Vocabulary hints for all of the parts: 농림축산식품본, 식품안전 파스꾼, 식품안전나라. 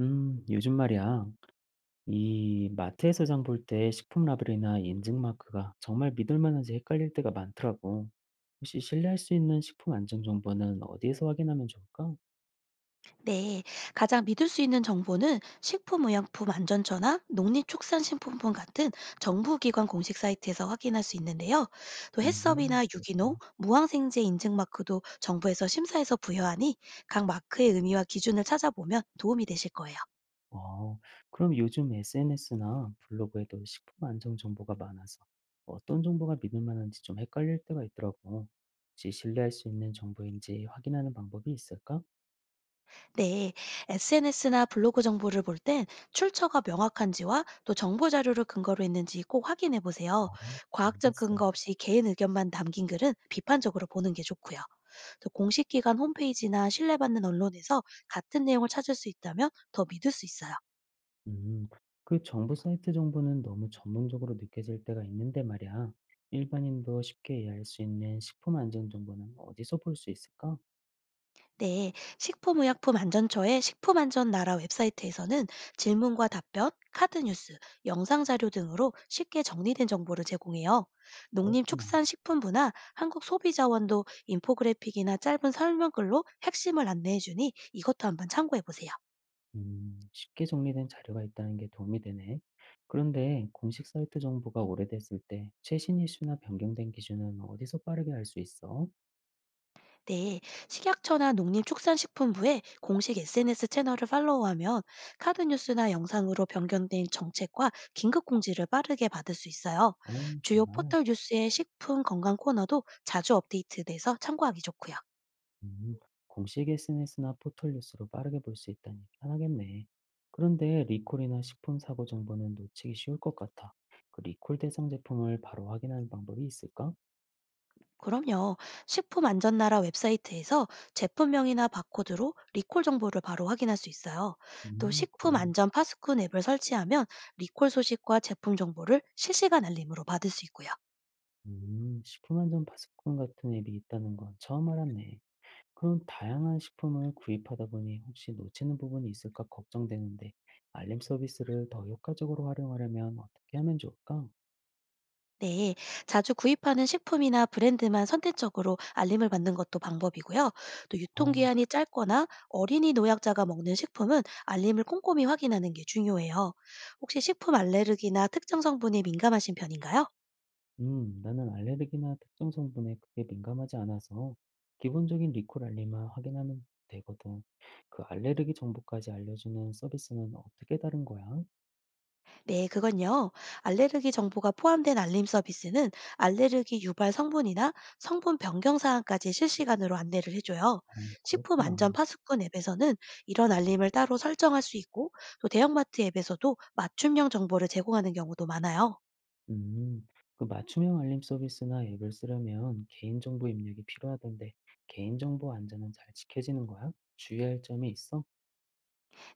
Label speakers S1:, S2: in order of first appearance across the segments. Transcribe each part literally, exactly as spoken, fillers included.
S1: 음, 요즘 말이야. 이 마트에서 장볼 때 식품 라벨이나 인증 마크가 정말 믿을 만한지 헷갈릴 때가 많더라고. 혹시 신뢰할 수 있는 식품 안전 정보는 어디에서 확인하면 좋을까?
S2: 네, 가장 믿을 수 있는 정보는 식품의약품안전처나 농림축산식품본 같은 정부기관 공식 사이트에서 확인할 수 있는데요. 또
S1: 음,
S2: 해썹이나 유기농,
S1: 그렇구나.
S2: 무항생제 인증 마크도 정부에서 심사해서 부여하니 각 마크의 의미와 기준을 찾아보면 도움이 되실 거예요.
S1: 어, 그럼 요즘 에스엔에스나 블로그에도 식품 안전 정보가 많아서 어떤 정보가 믿을 만한지 좀 헷갈릴 때가 있더라고. 혹시 신뢰할 수 있는 정보인지 확인하는 방법이 있을까?
S2: 네, 에스엔에스나 블로그 정보를 볼 땐 출처가 명확한지와 또 정보 자료를 근거로 했는지 꼭 확인해 보세요.
S1: 어,
S2: 과학적
S1: 알겠어.
S2: 근거 없이 개인 의견만 남긴 글은 비판적으로 보는 게 좋고요. 또 공식 기관 홈페이지나 신뢰받는 언론에서 같은 내용을 찾을 수 있다면 더 믿을 수 있어요.
S1: 음, 그 정부 사이트 정보는 너무 전문적으로 느껴질 때가 있는데 말이야. 일반인도 쉽게 이해할 수 있는 식품 안전 정보는 어디서 볼 수 있을까?
S2: 네, 식품의약품안전처의 식품안전나라 웹사이트에서는 질문과 답변, 카드 뉴스, 영상 자료 등으로 쉽게 정리된 정보를 제공해요.
S1: 그렇구나.
S2: 농림축산식품부나 한국소비자원도 인포그래픽이나 짧은 설명글로 핵심을 안내해주니 이것도 한번 참고해보세요.
S1: 음, 쉽게 정리된 자료가 있다는 게 도움이 되네. 그런데 공식 사이트 정보가 오래됐을 때 최신 이슈나 변경된 기준은 어디서 빠르게 알 수 있어?
S2: 네, 식약처나 농림축산식품부의 공식 에스엔에스 채널을 팔로우하면 카드 뉴스나 영상으로 변경된 정책과 긴급 공지를 빠르게 받을 수 있어요.
S1: 어,
S2: 주요
S1: 정말.
S2: 포털 뉴스의 식품 건강 코너도 자주 업데이트돼서 참고하기 좋고요.
S1: 음, 공식 에스엔에스나 포털 뉴스로 빠르게 볼 수 있다니 편하겠네. 그런데 리콜이나 식품 사고 정보는 놓치기 쉬울 것 같아. 그 리콜 대상 제품을 바로 확인하는 방법이 있을까?
S2: 그럼요. 식품안전나라 웹사이트에서 제품명이나 바코드로 리콜 정보를 바로 확인할 수 있어요. 또
S1: 음, 그래.
S2: 식품안전 파스꾼 앱을 설치하면 리콜 소식과 제품 정보를 실시간 알림으로 받을 수 있고요.
S1: 음, 식품 안전 파스권 같은 앱이 있다는 건 처음 알았네. 그럼 다양한 식품을 구입하다 보니 혹시 놓치는 부분이 있을까 걱정되는데 알림 서비스를 더 효과적으로 활용하려면 어떻게 하면 좋을까?
S2: 네, 자주 구입하는 식품이나 브랜드만 선택적으로 알림을 받는 것도 방법이고요. 또
S1: 아.
S2: 유통기한이 짧거나 어린이 노약자가 먹는 식품은 알림을 꼼꼼히 확인하는 게 중요해요. 혹시 식품 알레르기나 특정 성분에 민감하신 편인가요?
S1: 음, 나는 알레르기나 특정 성분에 크게 민감하지 않아서 기본적인 리콜 알림만 확인하면 되거든. 그 알레르기 정보까지 알려주는 서비스는 어떻게 다른 거야?
S2: 네, 그건요. 알레르기 정보가 포함된 알림 서비스는 알레르기 유발 성분이나 성분 변경 사항까지 실시간으로 안내를 해줘요.
S1: 어,
S2: 식품
S1: 그렇구나.
S2: 안전 파수꾼 앱에서는 이런 알림을 따로 설정할 수 있고, 또 대형마트 앱에서도 맞춤형 정보를 제공하는 경우도 많아요.
S1: 음, 그 맞춤형 알림 서비스나 앱을 쓰려면 개인정보 입력이 필요하던데 개인정보 안전은 잘 지켜지는 거야? 주의할 점이 있어?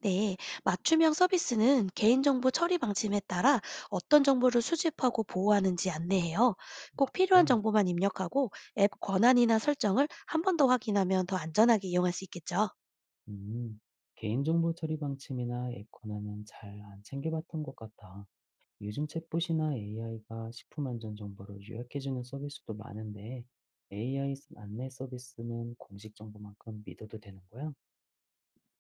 S2: 네, 맞춤형 서비스는 개인정보 처리 방침에 따라 어떤 정보를 수집하고 보호하는지 안내해요. 꼭 필요한
S1: 그래.
S2: 정보만 입력하고 앱 권한이나 설정을 한 번 더 확인하면 더 안전하게 이용할 수 있겠죠.
S1: 음, 개인정보 처리 방침이나 앱 권한은 잘 안 챙겨봤던 것 같아. 요즘 챗봇이나 에이아이가 식품 안전 정보를 요약해주는 서비스도 많은데 에이아이 안내 서비스는 공식 정보만큼 믿어도 되는 거야?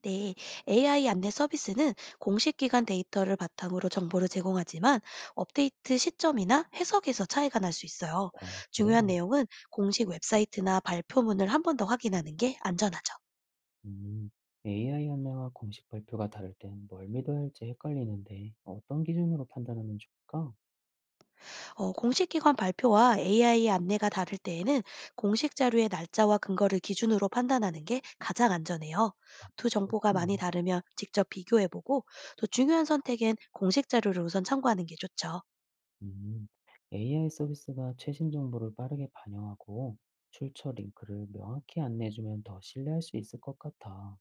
S2: 네, 에이아이 안내 서비스는 공식 기관 데이터를 바탕으로 정보를 제공하지만 업데이트 시점이나 해석에서 차이가 날 수 있어요.
S1: 어, 그래?
S2: 중요한 내용은 공식 웹사이트나 발표문을 한 번 더 확인하는 게 안전하죠.
S1: 음, 에이아이 안내와 공식 발표가 다를 땐 뭘 믿어야 할지 헷갈리는데 어떤 기준으로 판단하면 좋을까?
S2: 어, 공식 기관 발표와 에이아이 안내가 다를 때에는 공식 자료의 날짜와 근거를 기준으로 판단하는 게 가장 안전해요.
S1: 아,
S2: 두 정보가
S1: 그렇구나.
S2: 많이 다르면 직접 비교해보고 또 중요한 선택엔 공식 자료를 우선 참고하는 게 좋죠.
S1: 음, 에이아이 서비스가 최신 정보를 빠르게 반영하고 출처 링크를 명확히 안내해주면 더 신뢰할 수 있을 것 같아.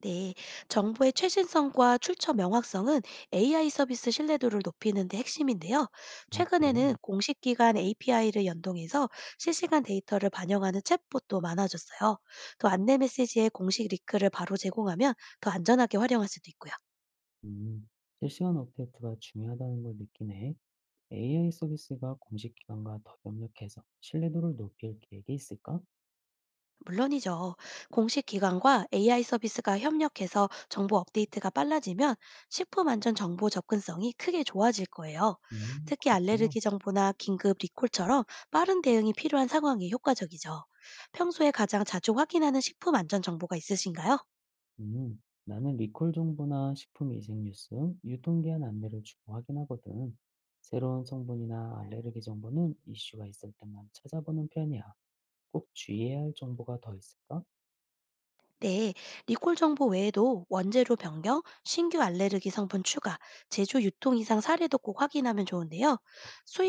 S2: 네, 정보의 최신성과 출처 명확성은 에이아이 서비스 신뢰도를 높이는 데 핵심인데요.
S1: 어, 그래?
S2: 최근에는 공식 기관 에이피아이를 연동해서 실시간 데이터를 반영하는 챗봇도 많아졌어요. 또 안내 메시지에 공식 링크를 바로 제공하면 더 안전하게 활용할 수도 있고요.
S1: 음, 실시간 업데이트가 중요하다는 걸느에이 에이아이 서비스가 공식 기관과 더 협력해서 신뢰도를 높일 계획이 있을까?
S2: 물론이죠. 공식 기관과 에이아이 서비스가 협력해서 정보 업데이트가 빨라지면 식품 안전 정보 접근성이 크게 좋아질 거예요.
S1: 음,
S2: 특히
S1: 그렇구나.
S2: 알레르기 정보나 긴급 리콜처럼 빠른 대응이 필요한 상황이 효과적이죠. 평소에 가장 자주 확인하는 식품 안전 정보가 있으신가요?
S1: 음, 나는 리콜 정보나 식품 위생 뉴스, 유통기한 안내를 주로 확인하거든. 새로운 성분이나 알레르기 정보는 이슈가 있을 때만 찾아보는 편이야. 꼭 주의해야 할 정보가 더 있을까?
S2: 네, 리콜 정보 외에도 원재료 변경, 신규 알레르기 성분 추가, 제조 유통 이상 사례도 꼭 확인하면 좋은데요.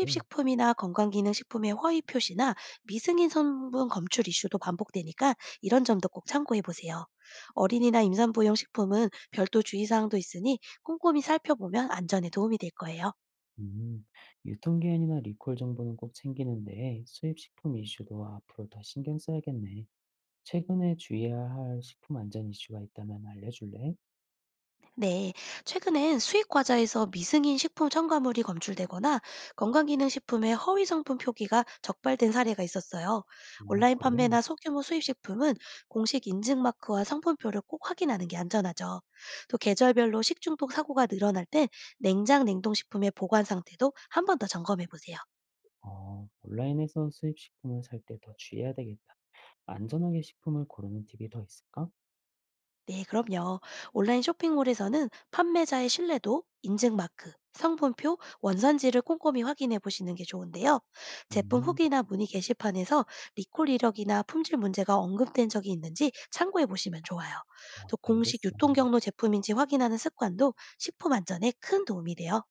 S1: 그래.
S2: 건강기능식품의 허위 표시나 미승인 성분 검출 이슈도 반복되니까 이런 점도 꼭 참고해 보세요. 어린이나 임산부용 식품은 별도 주의사항도 있으니 꼼꼼히 살펴보면 안전에 도움이 될 거예요.
S1: 음, 유통기한이나 리콜 정보는 꼭 챙기는데 수입 식품 이슈도 앞으로 더 신경 써야겠네. 최근에 주의해야 할 식품 안전 이슈가 있다면 알려줄래?
S2: 네, 최근엔 수입 과자에서 미승인 식품 첨가물이 검출되거나 건강기능식품의 허위 성분 표기가 적발된 사례가 있었어요.
S1: 어,
S2: 온라인
S1: 그래?
S2: 판매나 소규모 수입 식품은 공식 인증 마크와 성분표를 꼭 확인하는 게 안전하죠. 또 계절별로 식중독 사고가 늘어날 땐 냉장 냉동식품의 보관 상태도 한 번 더 점검해 보세요.
S1: 어, 온라인에서 수입 식품을 살 때 더 주의해야 되겠다. 안전하게 식품을 고르는 팁이 더 있을까?
S2: 네, 그럼요. 온라인 쇼핑몰에서는 판매자의 신뢰도, 인증마크, 성분표, 원산지를 꼼꼼히 확인해 보시는 게 좋은데요. 제품
S1: 음,
S2: 후기나 문의 게시판에서 리콜 이력이나 품질 문제가 언급된 적이 있는지 참고해 보시면 좋아요.
S1: 어,
S2: 또 공식
S1: 알겠어.
S2: 유통 경로 제품인지 확인하는 습관도 식품 안전에 큰 도움이 돼요.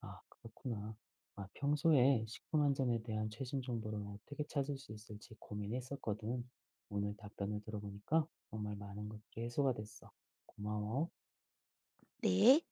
S1: 아, 그렇구나. 아, 평소에 식품 안전에 대한 최신 정보를 어떻게 찾을 수 있을지 고민했었거든. 오늘 답변을 들어보니까 정말 많은 것들이 해소가 됐어. 고마워.
S2: 네.